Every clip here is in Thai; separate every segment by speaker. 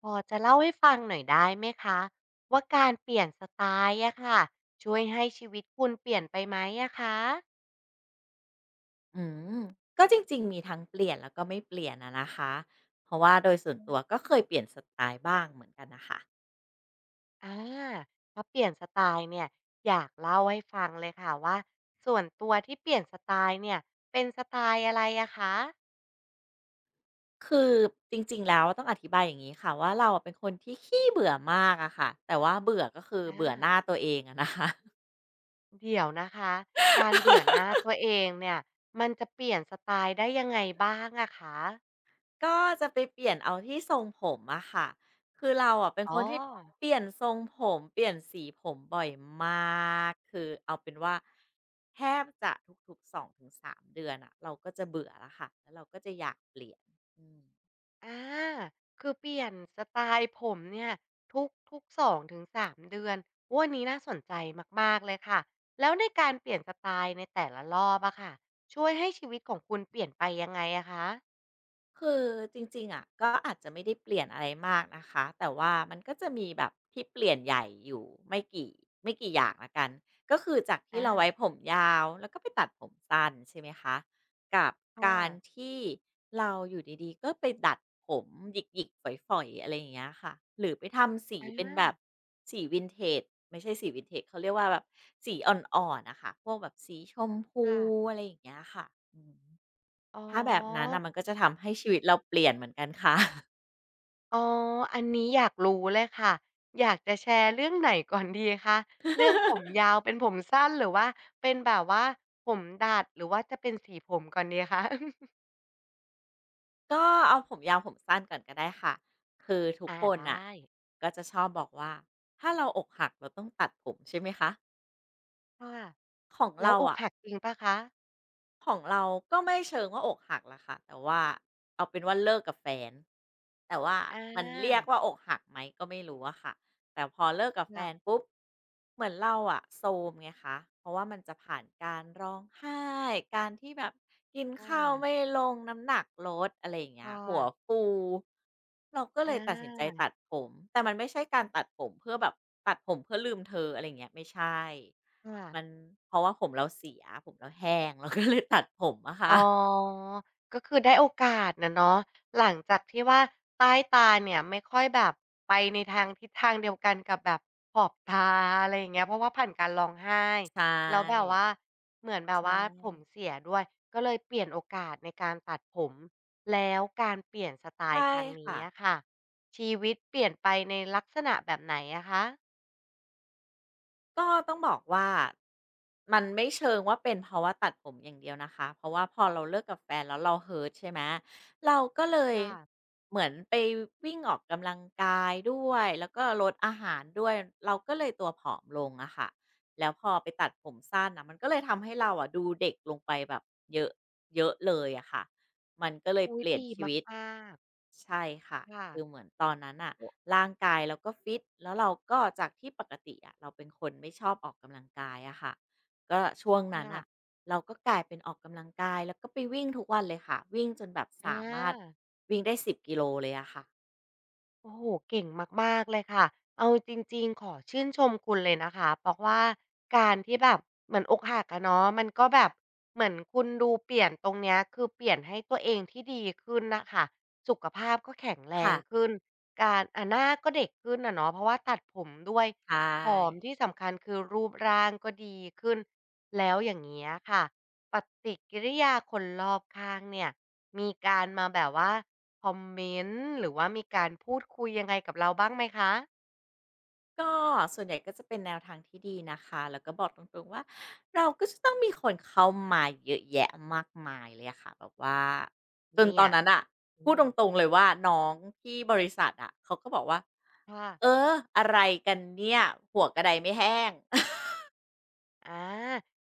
Speaker 1: พอจะเล่าให้ฟังหน่อยได้ไหมคะว่าการเปลี่ยนสไตล์อะค่ะช่วยให้ชีวิตคุณเปลี่ยนไปไหมอะคะ
Speaker 2: อืมก็จริงๆ มีทั้งเปลี่ยนแล้วก็ไม่เปลี่ยนอะนะคะเพราะว่าโดยส่วนตัวก็เคยเปลี่ยนสไตล์บ้างเหมือนกันนะคะ
Speaker 1: อาถ้าเปลี่ยนสไตล์เนี่ยอยากเล่าให้ฟังเลยค่ะว่าส่วนตัวที่เปลี่ยนสไตล์เนี่ยเป็นสไตล์อะไรอะคะ
Speaker 2: คือจริงๆแล้วต้องอธิบายอย่างนี้ค่ะว่าเราอะเป็นคนที่ขี้เบื่อมากอะค่ะแต่ว่าเบื่อก็คือเบื่อห
Speaker 1: อา
Speaker 2: น้าตัวเองอะนะคะ
Speaker 1: เดี๋ยวนะคะการเบื่อหน้า ตัวเองเนี่ยมันจะเปลี่ยนสไตล์ได้ยังไงบ้างอะคะ
Speaker 2: ก็จะไปเปลี่ยนเอาที่ทรงผมอะค่ะ คือเราอะเป็นค
Speaker 1: อ๋อ
Speaker 2: นที่เปลี่ยนทรงผมเปลี่ยนสีผมบ่อยมาก คือเอาเป็นว่าแทบจะทุกๆ2 ถึง 3 เดือนอะเราก็จะเบื่อแล้วค่ะแล้วเราก็จะอยากเปลี่ยนอืม
Speaker 1: อาคือเปลี่ยนสไตล์ผมเนี่ยทุกสองถึงสามเดือนโอ้ยอันนี้น่าสนใจมากๆเลยค่ะแล้วในการเปลี่ยนสไตล์ในแต่ละรอบอะค่ะช่วยให้ชีวิตของคุณเปลี่ยนไปยังไงอะคะ
Speaker 2: คือจริงๆอะก็อาจจะไม่ได้เปลี่ยนอะไรมากนะคะแต่ว่ามันก็จะมีแบบที่เปลี่ยนใหญ่อยู่ไม่กี่อย่างละกันก็คือจากที่
Speaker 1: อา
Speaker 2: เราไว้ผมยาวแล้วก็ไปตัดผมสั้นใช่ไหมคะกับ
Speaker 1: ค่
Speaker 2: กา
Speaker 1: ะ
Speaker 2: รที่เราอยู่ดีๆก็ไปดัดผมหยิกๆฝอยๆอะไรอย่างเงี้ยค่ะหรือไปทำสี
Speaker 1: อา
Speaker 2: เป็นแบบสีวินเทจไม่ใช่สีวินเทจเขาเรียกว่าแบบสีอ่อนๆนะคะพวกแบบสีชมพู
Speaker 1: ค่ะ
Speaker 2: อะไรอย่างเงี้ยค่ะอืม
Speaker 1: อ๋อ
Speaker 2: ถ้าแบบนั้นน่ะมันก็จะทำให้ชีวิตเราเปลี่ยนเหมือนกันค่ะ
Speaker 1: อ๋ออันนี้อยากรู้เลยค่ะอยากจะแชร์เรื่องไหนก่อนดีคะเรื่องผม ยาวเป็นผมสั้นหรือว่าเป็นแบบว่าผมดัดหรือว่าจะเป็นสีผมก่อนดีคะ
Speaker 2: ก็เอาผมยาวผมสั้นก่อนก็ได้ค่ะ คือทุก
Speaker 1: อา
Speaker 2: คน
Speaker 1: ได
Speaker 2: น่ะ
Speaker 1: ้
Speaker 2: ก็จะชอบบอกว่าถ้าเราอกหักเราต้องตัดผมใช่ไหมคะ
Speaker 1: ค่ะ
Speaker 2: ของ
Speaker 1: แล้ว
Speaker 2: เรา
Speaker 1: อก
Speaker 2: อะ
Speaker 1: หักจริงเปล่าคะ
Speaker 2: ของเราก็ไม่เชิงว่าอกหักล่ะค่ะแต่ว่าเอาเป็นว่าเลิกกับแฟนแต่ว่า
Speaker 1: อ
Speaker 2: มันเรียกว่า
Speaker 1: า
Speaker 2: อกหักไหมก็ไม่รู้อะค่ะแต่พอเลิกกับแฟน
Speaker 1: ค่ะ
Speaker 2: ปุ๊บเหมือนเราอะโซมไงคะเพราะว่ามันจะผ่านการร้องไห้การที่แบบกินข้าว
Speaker 1: อา
Speaker 2: ไม่ลงน้ำหนักลดอะไรอย่างเงี้ย
Speaker 1: ค่ะ
Speaker 2: หัวฟูเราก็เลยตัดสินใจ
Speaker 1: อา
Speaker 2: ตัดผมแต่มันไม่ใช่การตัดผมเพื่อแบบตัดผมเพื่อลืมเธออะไรอย่างเงี้ยไม่ใช่
Speaker 1: ค่ะ
Speaker 2: มันเพราะว่าผมเราเสียผมเราแห้ง เราก็เลยตัดผมอะ
Speaker 1: อ๋
Speaker 2: ค่ะ
Speaker 1: อก็คือได้โอกาสน่ะเนาะหลังจากที่ว่าใต้ตาเนี่ยไม่ค่อยแบบไปในทางทิศทางเดียวกันกับแบบขอบตาอะไรอย่างเงี้ยเพราะว่าผ่านการร้องไห้
Speaker 2: ใช
Speaker 1: แล้วแบบ
Speaker 2: ่
Speaker 1: ว่าเหมือนแบบ
Speaker 2: ใช่
Speaker 1: ว่าผมเสียด้วย ก็เลยเปลี่ยนโอกาสในการตัดผม แล้วการเปลี่ยนสไต
Speaker 2: ใช่
Speaker 1: ล์ครั้งนี้
Speaker 2: ค่ะ
Speaker 1: อะค่ะชีวิตเปลี่ยนไปในลักษณะแบบไหนอะคะ
Speaker 2: ก็ต้องบอกว่ามันไม่เชิงว่าเป็นเพราะว่าตัดผมอย่างเดียวนะคะเพราะว่าพอเราเลิกกับแฟนแล้วเรา h ร r t ใช่ไหมเราก็เลย
Speaker 1: ค่ะ
Speaker 2: เหมือนไปวิ่งออกกำลังกายด้วยแล้วก็ลดอาหารด้วยเราก็เลยตัวผอมลงอะค่ะแล้วพอไปตัดผมสั้นน่ะมันก็เลยทำให้เราอะดูเด็กลงไปแบบเยอะเยอะเลยอะค่ะมันก็เลย
Speaker 1: อุ๊
Speaker 2: เป
Speaker 1: ย
Speaker 2: ลี่ยน
Speaker 1: ดี
Speaker 2: ชีวิต
Speaker 1: มาก
Speaker 2: ใช่ค่ะ
Speaker 1: ๆค่ะ
Speaker 2: คือเหมือนตอนนั้นอ่ะร่างกายเราก็ฟิตแล้วเราก็จากที่ปกติอะเราเป็นคนไม่ชอบออกกำลังกายอะค่ะก็ช่วงนั้นอ่ะ
Speaker 1: ค่ะ
Speaker 2: เราก็กลายเป็นออกกำลังกายแล้วก็ไปวิ่งทุกวันเลยค่ะวิ่งจนแบบ
Speaker 1: อ
Speaker 2: สามารถ
Speaker 1: า
Speaker 2: วิ่งได้10 กิโลเลยอะค่ะ
Speaker 1: โอ้โหเก่งมากๆเลยค่ะเอาจริงๆขอชื่นชมคุณเลยนะคะเพราะว่าการที่แบบเหมือนอกหักอะเนาะมันก็แบบเหมือนคุณดูเปลี่ยนตรงเนี้ยคือเปลี่ยนให้ตัวเองที่ดีขึ้นน่ะค่ะสุขภาพก็แข็งแร
Speaker 2: ค่ะ
Speaker 1: งขึ้นการอ่าหน้าก็เด็กขึ้นอะเนาะเพราะว่าตัดผมด้วย
Speaker 2: ใช่
Speaker 1: ผอมที่สำคัญคือรูปร่างก็ดีขึ้นแล้วอย่างเงี้ยค่ะปฏิกิริยาคนรอบข้างเนี่ยมีการมาแบบว่า คอมเมนต์หรือว่ามีการพูดคุยยังไงกับเราบ้างไหมคะ
Speaker 2: ก็ส่วนใหญ่ก็จะเป็นแนวทางที่ดีนะคะแล้วก็บอกตรงๆว่าเราก็จะต้องมีคนเข้ามาเยอะแยะมากมายเลยอะค่ะแบบว่าจน
Speaker 1: เนี่
Speaker 2: ตอ
Speaker 1: ย
Speaker 2: นนั้นอะ
Speaker 1: อื
Speaker 2: พูดต
Speaker 1: ม
Speaker 2: รงๆเลยว่าน้องที่บริษัทอะเขาก็บอกว่า
Speaker 1: ค่ะ
Speaker 2: เอออะไรกันเนี่ยหัวกระไดไม่แห้ง
Speaker 1: อา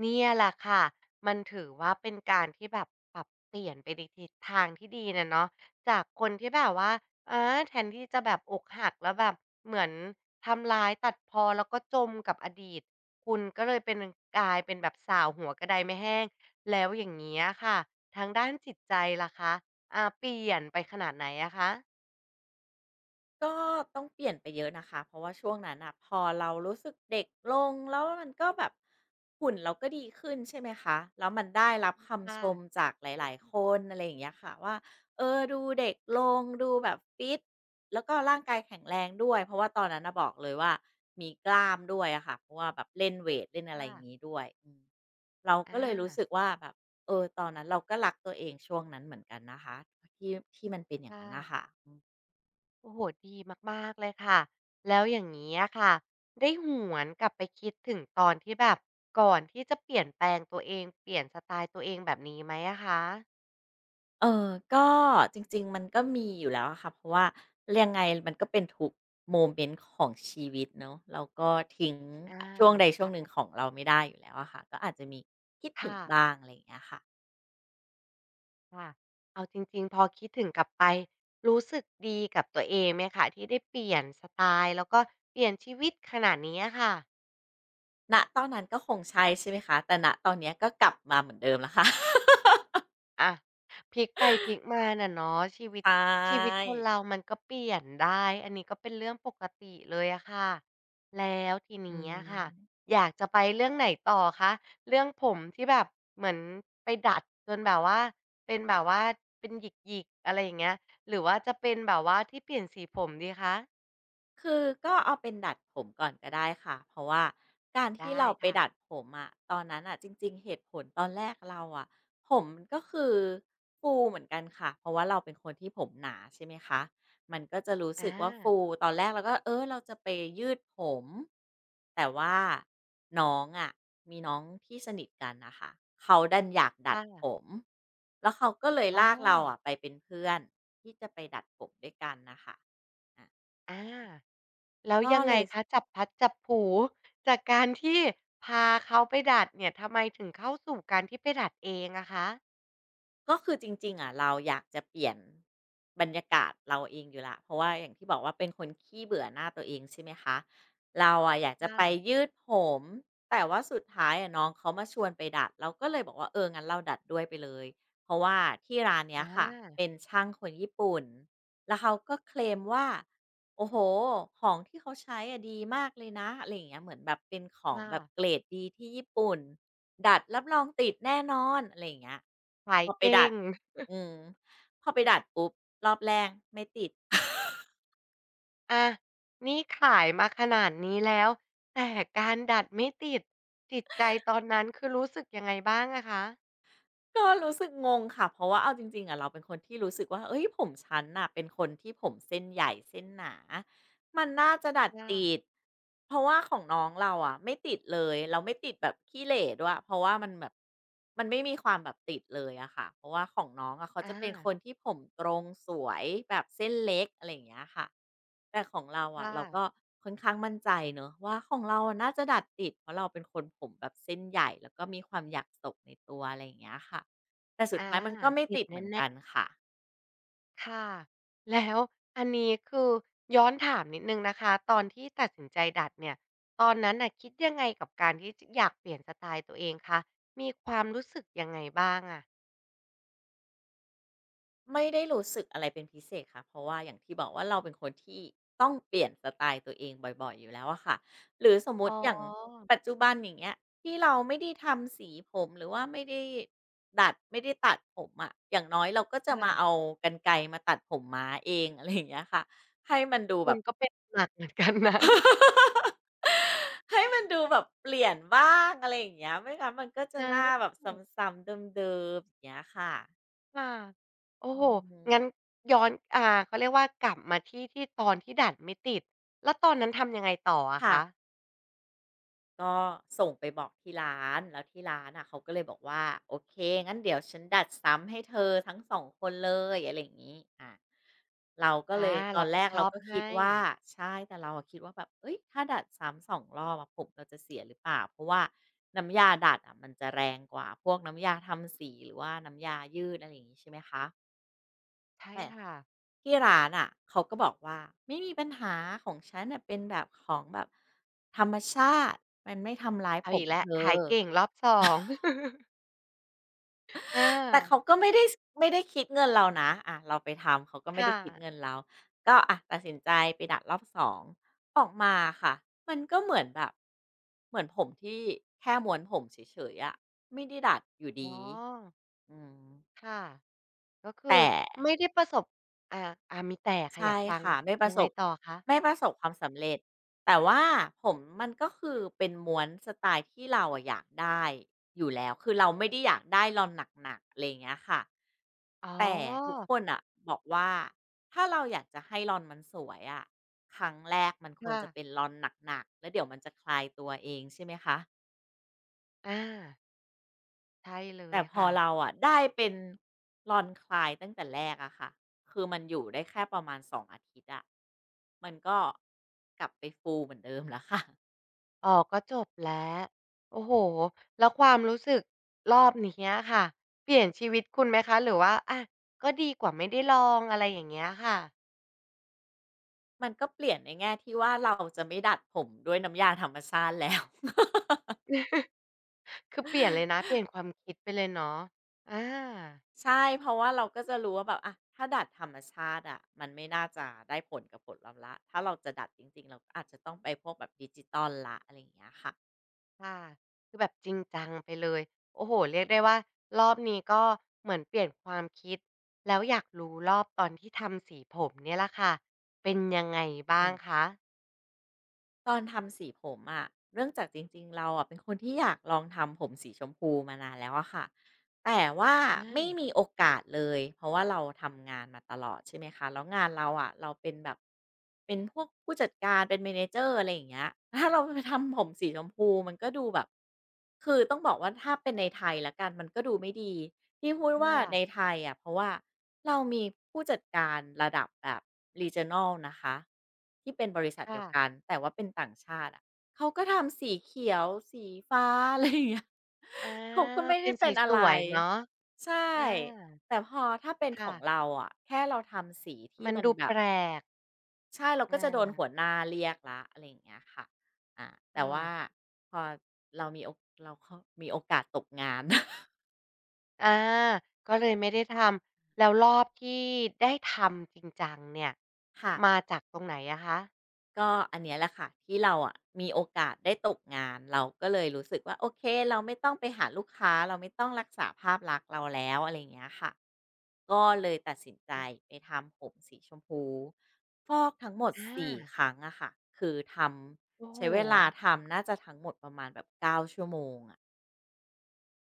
Speaker 1: เนี่ยแหละค่ะมันถือว่าเป็นการที่แบบปรับเปลี่ยนไปในทิศทางที่ดีน่ะเนาะจากคนที่แบบว่าอาแทนที่จะแบบอกหักแล้วแบบเหมือนทำร้ายตัดพ้อแล้วก็จมกับอดีตคุณก็เลยเป็นกลายเป็นแบบส่าวหัวกระไดไม่แห้งแล้วอย่างเงี้ยค่ะทางด้านจิตใจล่ะคะอ่าเปลี่ยนไปขนาดไหนอะคะ
Speaker 2: ก็ต้องเปลี่ยนไปเยอะนะคะเพราะว่าช่วงนั้นนะพอเรารู้สึกเด็กลงแล้วมันก็แบบหุ่นเราก็ดีขึ้นใช่ไหมคะแล้วมันได้รับคำช
Speaker 1: ค่ะ
Speaker 2: มจากหลายๆคนอะไรอย่างเงี้ยค่ะว่าเออดูเด็กลงดูแบบฟิตแล้วก็ร่างกายแข็งแรงด้วยเพราะว่าตอนนั้นนะบอกเลยว่ามีกล้ามด้วยอะค่ะเพราะว่าแบบเล่นเวทเล่นอะไร
Speaker 1: ค่ะ
Speaker 2: อย่างงี้ด้วยเรา
Speaker 1: อ
Speaker 2: ก็เลยรู้สึก
Speaker 1: า
Speaker 2: ว่าแบบเออตอนนั้นเราก็รักตัวเองช่วงนั้นเหมือนกันนะคะที่ที่มันเป็นอย่าง
Speaker 1: ค่ะ
Speaker 2: นั้นนะค่ะ
Speaker 1: โอ้โฮดีมากๆเลยค่ะ แล้วอย่างงี้อะค่ะ ได้หวนกลับไปคิดถึงตอนที่แบบก่อนที่จะเปลี่ยนแปลงตัวเอง เปลี่ยนสไตล์ตัวเองแบบนี้ไหมอะคะ
Speaker 2: เออ ก็จริงๆ มันก็มีอยู่แล้วอะค่ะเพราะว่ายังไงมันก็เป็นทุกโมเมนต์ของชีวิตเนาะเราก็ทิ้ง
Speaker 1: อา
Speaker 2: อช่วงใดช่ว
Speaker 1: ใช่
Speaker 2: งหนึ่งของเราไม่ได้อยู่แล้วอะค่ะ ก็อาจจะมีคิดถึง
Speaker 1: ค่ะ
Speaker 2: บ้างอะไรอย่างเงี้ยค่ะ
Speaker 1: ค่ะเอาจริงๆพอคิดถึงกลับไป รู้สึกดีกับตัวเองไหมคะที่ได้เปลี่ยนสไตล์แล้วก็เปลี่ยนชีวิตขนาดนี้อะค่ะ
Speaker 2: ณตอนนั้นก็คงใช่ใช่ไหมคะ แต่ณตอนเนี้ยก็กลับมาเหมือนเดิมแล้วค่ะ
Speaker 1: อะพลิกไปพลิกมาน่ะเนาะชีวิต
Speaker 2: ใช
Speaker 1: ชีวิต
Speaker 2: ่
Speaker 1: คนเรามันก็เปลี่ยนได้อันนี้ก็เป็นเรื่องปกติเลยอะค่ะแล้วที
Speaker 2: อื
Speaker 1: นี้
Speaker 2: ม
Speaker 1: อะค่ะอยากจะไปเรื่องไหนต่อคะเรื่องผมที่แบบเหมือนไปดัดจนแบบว่าเป็นแบบว่าเป็นหยิกๆอะไรอย่างเงี้ยหรือว่าจะเป็นแบบว่าที่เปลี่ยนสีผมดีคะ
Speaker 2: คือก็เอาเป็นดัดผมก่อนก็ได้ค่ะเพราะว่าการที่
Speaker 1: ได้
Speaker 2: เราไป
Speaker 1: ค่ะ
Speaker 2: ดัดผมอะตอนนั้นอะจริงๆเหตุผลตอนแรกเราอะผมมันก็คือฟูเหมือนกันค่ะเพราะว่าเราเป็นคนที่ผมหนาใช่ไหมคะมันก็จะรู้
Speaker 1: อ
Speaker 2: สึกว่าฟู
Speaker 1: า
Speaker 2: ตอนแรกเราก็เออเราจะไปยืดผมแต่ว่าน้องอะมีน้องที่สนิทกันนะคะเขาดันอยากดัด
Speaker 1: ค่ะ
Speaker 2: ผมแล้วเขาก็เลย
Speaker 1: อ๋อ
Speaker 2: ลากเราอะไปเป็นเพื่อนที่จะไปดัดผมด้วยกันนะคะอะ
Speaker 1: อา แล้ว
Speaker 2: ก็
Speaker 1: ยังไง
Speaker 2: เลย
Speaker 1: คะจับพลัดจับผลูจากการที่พาเขาไปดัดเนี่ยทำไมถึงเข้าสู่การที่ไปดัดเองอะคะ
Speaker 2: ก็คือจริงๆอ่ะเราอยากจะเปลี่ยนบรรยากาศเราเองอยู่แล้วเพราะว่าอย่างที่บอกว่าเป็นคนขี้เบื่อหน้าตัวเองใช่ไหมคะเราอะอยากจะไป
Speaker 1: ค่ะ
Speaker 2: ยืดผมแต่ว่าสุดท้ายอะน้องเขามาชวนไปดัดเราก็เลยบอกว่าเอองั้นเราดัดด้วยไปเลยเพราะว่าที่ร้านเนี้
Speaker 1: อ
Speaker 2: ยค่ะเป็
Speaker 1: า
Speaker 2: นช่างคนญี่ปุ่นแล้วเขาก็เคลมว่า โอ้โฮของที่เขาใช้อะดีมากเลยนะอะไรอย่างเงี้ยเหมือนแบบเป็นขอ
Speaker 1: ค
Speaker 2: งแบบเกร
Speaker 1: ่ะ
Speaker 2: ดดีที่ญี่ปุ่นดัดรับรองติดแน่นอนอะไรอย่างเงี้ย
Speaker 1: ขา
Speaker 2: พ
Speaker 1: ย
Speaker 2: อไป
Speaker 1: เก่
Speaker 2: ดัด
Speaker 1: ง
Speaker 2: อืมพอไปดัดปุ๊บรอบแรกไม่ติด
Speaker 1: อานี่ขายมาขนาดนี้แล้วแต่การดัดไม่ติดจิตใจตอนนั้นคือรู้สึกยังไงบ้างอะคะ
Speaker 2: ก็รู้สึกงงค่ะเพราะว่าเอาจริงๆอะเราเป็นคนที่รู้สึกว่าเฮ้ยผมฉันน่ะเป็นคนที่ผมเส้นใหญ่เส้นหนา มันน่าจะดัด
Speaker 1: ค่ะ
Speaker 2: ติดเพราะว่าของน้องเราอะไม่ติดเลย เราไม่ติดแบบขี้เหร่ด้วยเพราะว่ามันแบบมันไม่มีความแบบติดเลยอะค่ะเพราะว่าของน้องอะเขาจะเป็นค
Speaker 1: อา
Speaker 2: นที่ผมตรงสวยแบบเส้นเล็กอะไรอย่างเงี้ยค่ะแต่ของเรา
Speaker 1: ค
Speaker 2: อะเราก็
Speaker 1: ่ะ
Speaker 2: ค่อนข้างมั่นใจเนอะว่าของเราอะน่าจะดัดติด เพราะเราเป็นคนผมแบบเส้นใหญ่แล้วก็มีความอยากโศกในตัวอะไรอย่างเงี้ยค่ะแต่สุด
Speaker 1: อา
Speaker 2: ท้ายมันก็ไม่
Speaker 1: ติด
Speaker 2: ติด
Speaker 1: แ
Speaker 2: เหมือน
Speaker 1: น่
Speaker 2: กัน
Speaker 1: ๆ
Speaker 2: ค่ะ
Speaker 1: ค่ะแล้วอันนี้คือย้อนถามนิดนึงนะคะตอนที่ตัดสินใจดัดเนี่ยตอนนั้นน่ะคิดยังไงกับการที่อยากเปลี่ยนสไตล์ตัวเองคะมีความรู้สึกยังไงบ้างอะ
Speaker 2: ไม่ได้รู้สึกอะไรเป็นพิเศษค่ะเพราะว่าอย่างที่บอกว่าเราเป็นคนที่ต้องเปลี่ยนสไตล์ตัวเองบ่อยๆอยู่แล้วอะค่ะหรือสมม
Speaker 1: อ๋อ
Speaker 2: ติอย่างปัจจุบันอย่างเงี้ยที่เราไม่ได้ทำสีผมหรือว่าไม่ได้ดัดไม่ได้ตัดผมอะอย่างน้อยเราก็จะมาเอา
Speaker 1: ค่ะ
Speaker 2: กรรไกรมาตัดผมม้าเองอะไรอย่างเงี้ยค่ะให้มันดู
Speaker 1: คุ
Speaker 2: แบ
Speaker 1: ณ
Speaker 2: บ
Speaker 1: ก็เป็นหนักเหมือนกันนะ
Speaker 2: ให้มันดูแบบเปลี่ยนบ้างอะไรอย่างเงี้ยไม่งั้นมันก็จะ
Speaker 1: นะ
Speaker 2: หน้าแบบซ้ำๆเดิมๆอย่างเงี้ยค่ะ
Speaker 1: ค่ะโอ้
Speaker 2: อื
Speaker 1: โหงั้น
Speaker 2: ม
Speaker 1: ย้อนเขาเรียกว่ากลับมาที่ที่ตอนที่ดัดไม่ติดแล้วตอนนั้นทำยังไงต่ออะ
Speaker 2: ค่ะ
Speaker 1: คะ
Speaker 2: ก็ส่งไปบอกที่ร้านแล้วที่ร้านอ่ะเขาก็เลยบอกว่าโอเคงั้นเดี๋ยวฉันดัดซ้ำให้เธอทั้งสองคนเลยอะไรอย่างงี้อ่ะเราก็เล
Speaker 1: อา
Speaker 2: ยตอ
Speaker 1: รั
Speaker 2: น
Speaker 1: บ
Speaker 2: แร
Speaker 1: ผิด
Speaker 2: ก
Speaker 1: ช
Speaker 2: เรา
Speaker 1: อบ
Speaker 2: ก็คิด
Speaker 1: ให้
Speaker 2: ว่าใช่แต่เราอะคิดว่าแบบเฮ้ยถ้าดัดซ้ำสองรอบอะผมเราจะเสียหรือเปล่าเพราะว่าน้ำยาดัดอะมันจะแรงกว่าพวกน้ำยาทำสีหรือว่าน้ำยายืดอะไรอย่างงี้ใช่ไหมคะ
Speaker 1: ใช่
Speaker 2: แต่
Speaker 1: ค่ะ
Speaker 2: ที่ร้านอะเขาก็บอกว่าไม่มีปัญหาของฉันน่ะเป็นแบบของแบบธรรมชาติมันไม่ทำร้าย
Speaker 1: เอา
Speaker 2: ผ
Speaker 1: อี
Speaker 2: ม
Speaker 1: กแล้
Speaker 2: เธ
Speaker 1: วขา
Speaker 2: อ
Speaker 1: ยเก่งรอบสอง อา
Speaker 2: แต่เขาก็ไม่ได้ไม่ได้คิดเงินเรานะอะเราไปทำเขาก็ไม่ได้
Speaker 1: ค่ะ
Speaker 2: คิดเงินเราก็อ่ะตัดสินใจไปดัดรอบสองออกมาค่ะมันก็เหมือนแบบเหมือนผมที่แค่ม้วนผมเฉยๆอะไม่ได้ดัดอยู่
Speaker 1: อ๋
Speaker 2: ดี
Speaker 1: อ
Speaker 2: อืม
Speaker 1: ค่ะก็คือ
Speaker 2: แต่
Speaker 1: ไม่ได้ประสบอ่าอ่ามีแต่ค่ะอ
Speaker 2: ใช่
Speaker 1: ยากฟัง
Speaker 2: ค่ะไม่ประ
Speaker 1: ยัง
Speaker 2: ส
Speaker 1: ไง
Speaker 2: บ
Speaker 1: ต่อคะ
Speaker 2: ไม่ประสบความสำเร็จแต่ว่าผมมันก็คือเป็นม้วนสไตล์ที่เราอะอยากได้อยู่แล้วคือเราไม่ได้อยากได้รอนหนักๆอะไรอย่างเงี้ยค่ะ
Speaker 1: อ๋อ
Speaker 2: แต่ทุกคนน่ะบอกว่าถ้าเราอยากจะให้ลอนมันสวยอะครั้งแรกมันควร
Speaker 1: ค่ะ
Speaker 2: จะเป็นลอนหนักๆแล้วเดี๋ยวมันจะคลายตัวเองใช่ไหมคะ
Speaker 1: อาใช่เล
Speaker 2: แต่
Speaker 1: ย
Speaker 2: พอ
Speaker 1: ค่ะ
Speaker 2: เราอะได้เป็นรอนคลายตั้งแต่แรกอะค่ะคือมันอยู่ได้แค่ประมาณ2องอาทิตย์อะมันก็กลับไปฟูเหมือนเดิมแล้วค่ะ
Speaker 1: อ๋อก็จบแล้วโอ้โฮแล้วความรู้สึกรอบนี้อะค่ะเปลี่ยนชีวิตคุณไหมคะหรือว่าอะก็ดีกว่าไม่ได้ลองอะไรอย่างเงี้ยค่ะ
Speaker 2: มันก็เปลี่ยนในแง่ที่ว่าเราจะไม่ดัดผมด้วยน้ำยาธรรมชาติแล้ว
Speaker 1: คือเปลี่ยนเลยนะเป ลี่ยนความคิดไปเลยเนาะอา
Speaker 2: ใช่เพราะว่าเราก็จะรู้ว่าแบบอะถ้าดัดธรรมชาติอะมันไม่น่าจะได้ผลกับผลลัพธ์ละถ้าเราจะดัดจริงๆเราก็อาจจะต้องไปพวกแบบดิจิตอลละอะไรอย่างเงี้ยค่ะ
Speaker 1: ค่ะคือแบบจริงจังไปเลยโอ้โฮเรียกได้ว่ารอบนี้ก็เหมือนเปลี่ยนความคิดแล้วอยากรู้รอบตอนที่ทำสีผมเนี่ยแหละค่ะเป็นยังไง
Speaker 2: อื
Speaker 1: บ้าง
Speaker 2: ม
Speaker 1: คะ
Speaker 2: ตอนทำสีผมอะเรื่องจากจริงๆเราอะเป็นคนที่อยากลองทำผมสีชมพูมานานแล้วอะค่ะ แต่ว่าไม่
Speaker 1: อา
Speaker 2: มีโอกาสเลยเพราะว่าเราทำงานมาตลอดใช่ไหมคะแล้วงานเราอะเราเป็นแบบเป็นพวกผู้จัดการเป็น manager อะไรอย่างเงี้ย ถ้าเราไปทำผมสีชมพูมันก็ดูแบบคือต้องบอกว่าถ้าเป็นในไทยแล้วกันมันก็ดูไม่ดีที่พูดว่า
Speaker 1: ค่ะ
Speaker 2: ในไทยอะเพราะว่าเรามีผู้จัดการระดับแบบ regional นะคะที่เป็นบริษัทเดี
Speaker 1: ค่ะ
Speaker 2: ยวกันแต่ว่าเป็นต่างชาติอะ เขาก็ทำสีเขียวสีฟ้า อะไรอย่างเงี้ย
Speaker 1: อา
Speaker 2: เขาก็ไม่
Speaker 1: เป็
Speaker 2: ได้
Speaker 1: นส
Speaker 2: เป็นอะไร
Speaker 1: วยๆเนาะ
Speaker 2: ใช่
Speaker 1: อา
Speaker 2: แต่พอถ้าเป็นของเรา
Speaker 1: ค่ะ
Speaker 2: อะแค่เราทำสีที่
Speaker 1: มัน
Speaker 2: มัน
Speaker 1: ดู
Speaker 2: แบ
Speaker 1: แป
Speaker 2: บ
Speaker 1: ลก
Speaker 2: ใช่เรา
Speaker 1: อ
Speaker 2: ก็จะโดนหั
Speaker 1: า
Speaker 2: วหน้าเรียกแล้วอะไรอย่างเงี้ยค่ะอาแต่ว่า
Speaker 1: ค่ะ
Speaker 2: พอเรามีโอกเราคมีโอกาสตกงาน
Speaker 1: อาก็เลยไม่ได้ทำแล้วรอบที่ได้ทำจริงจังเนี่ย
Speaker 2: ค่ะ
Speaker 1: มาจากตรงไหนอะคะ
Speaker 2: ก็อันเนี้ยแหละค่ะที่เราอะมีโอกาสได้ตกงานเราก็เลยรู้สึกว่าโอเคเราไม่ต้องไปหาลูกค้าเราไม่ต้องรักษาภาพลักษณ์เราแล้วอะไรอย่างเงี้ยค่ะก็เลยตัดสินใจ
Speaker 1: อา
Speaker 2: ไปทำผมสีชมพูฟอกทั้งหมด
Speaker 1: อ
Speaker 2: 4
Speaker 1: า
Speaker 2: ครั้งอะค่ะคือท
Speaker 1: โอ้
Speaker 2: ำ
Speaker 1: โฮ
Speaker 2: ใช้เวลาทำน่าจะทั้งหมดประมาณแบบ9ชั่วโมงอะ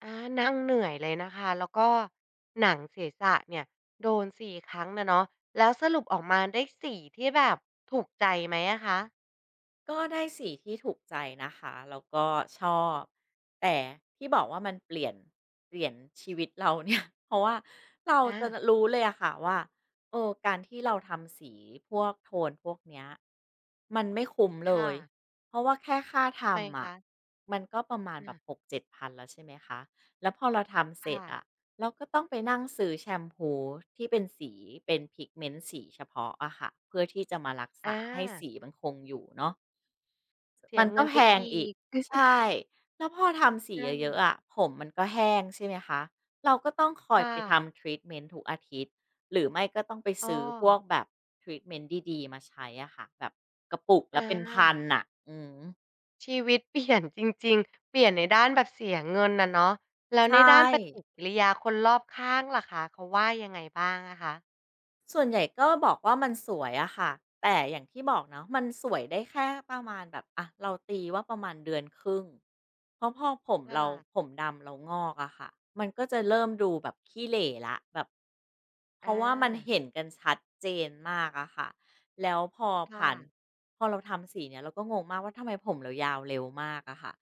Speaker 1: อานั่งเหนื่อยเลยนะคะแล้วก็หนังศีรษะเนี่ยโดน4ครั้งนะเนาะแล้วสรุปออกมาได้ส่ที่แบบถูกใจไหมอะคะ
Speaker 2: ก็ได้สีที่ถูกใจนะคะแล้วก็ชอบแต่ที่บอกว่ามันเปลี่ยนชีวิตเราเนี่ย เพราะว่าเราจะ
Speaker 1: อา
Speaker 2: รู้เลยอะค่ะว่าเออการที่เราทำสีพวกโทนพวกเนี้ยมันไม่คุ้มเล
Speaker 1: ค่ะ
Speaker 2: ยเพราะว่าแค่ค่า
Speaker 1: ทำไม
Speaker 2: ทำอะ
Speaker 1: คะ
Speaker 2: มันก็ประมาณแบ
Speaker 1: อา
Speaker 2: บ6-7,000แล้วใช่ไหมคะแล้วพอเราทำเสร็
Speaker 1: ค่ะ
Speaker 2: จอะเราก็ต้องไปนั่งซื้อแชมพูที่เป็นสีเป็นพิกเมนต์สีเฉพาะอะค่ะเพื่อที่จะมารัก
Speaker 1: อ
Speaker 2: ษาให้
Speaker 1: า
Speaker 2: สีมันคงอยู่เนาะ
Speaker 1: เสี
Speaker 2: มั
Speaker 1: ย
Speaker 2: นก็
Speaker 1: เงิน
Speaker 2: แพ
Speaker 1: ไป
Speaker 2: ง
Speaker 1: อี
Speaker 2: อีก
Speaker 1: ก
Speaker 2: ใช่แล้วพอทำสี
Speaker 1: อ
Speaker 2: เยอะๆ
Speaker 1: า
Speaker 2: อะผมมันก็แห้งใช่ไหมคะเราก็ต้องคอยไป
Speaker 1: ค่ะ
Speaker 2: ทำทรีตเมนต์ทุกอาทิตย์หรือไม่ก็ต้องไป
Speaker 1: อ้อ
Speaker 2: ซื้อพวกแบบทรีตเมนต์ดีๆมาใช้อะค่ะแบบกระปุก
Speaker 1: อ
Speaker 2: ละเป็นพัน0
Speaker 1: า
Speaker 2: น่ะอือฮึ
Speaker 1: ชีวิตเปลี่ยนจริงๆเปลี่ยนในด้านแบบเสียเงินนะเนาะแล้ว
Speaker 2: ใช่
Speaker 1: ในด้านปฏิกิริยาคนรอบข้างล่ะคะเขาว่ายังไงบ้างอะคะ
Speaker 2: ส่วนใหญ่ก็บอกว่ามันสวยอะค่ะแต่อย่างที่บอกเนาะมันสวยได้แค่ประมาณแบบอะเราตีว่าประมาณเดือนครึ่งเพราะพอผม
Speaker 1: ค
Speaker 2: เราผ
Speaker 1: ่ะ
Speaker 2: มดำเรางอกอะค่ะมันก็จะเริ่มดูแบบขี้เหร่ละแบบเพ
Speaker 1: อ
Speaker 2: ราะว่ามัน
Speaker 1: า
Speaker 2: เห็นกันชัดเจนมากอะค่ะแล้วพอ
Speaker 1: ค่ะ
Speaker 2: ผ่านพอเราทำสีเนี่ยเราก็งงมากว่าทำไมผมเรายาวเร็วมากอะค่ะ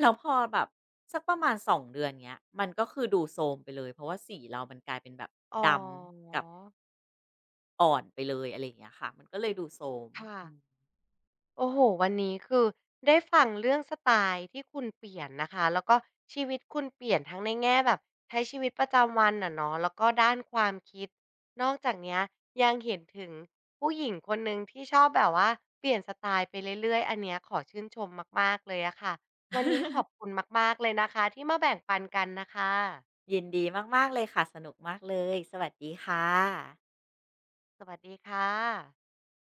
Speaker 2: แล้วพอแบบสักประมาณสองเดือนเงี้ยมันก็คือดูโทรมไปเลยเพราะว่าสีเรามันกลายเป็นแบบ
Speaker 1: อ๋อ
Speaker 2: ดำกับ อ่อนไปเลยอะไรอย่างเงี้ยค่ะมันก็เลยดูโสม
Speaker 1: ค่ะ
Speaker 2: อืม
Speaker 1: โอ้โหวันนี้คือได้ฟังเรื่องสไตล์ที่คุณเปลี่ยนนะคะแล้วก็ชีวิตคุณเปลี่ยนทั้งในแง่แบบใช้ชีวิตประจำวันอะเนาะแล้วก็ด้านความคิดนอกจากเนี้ยยังเห็นถึงผู้หญิงคนหนึ่งที่ชอบแบบว่าเปลี่ยนสไตล์ไปเรื่อยๆอันเนี้ยขอชื่นชมมากๆเลยอะค่ะวันนี้ขอบคุณมากๆเลยนะคะที่มาแบ่งปันกันนะคะ
Speaker 2: ยินดีมากๆเลยค่ะสนุกมากเลยสวัสดีค่ะ
Speaker 1: สวัสดีค่ะ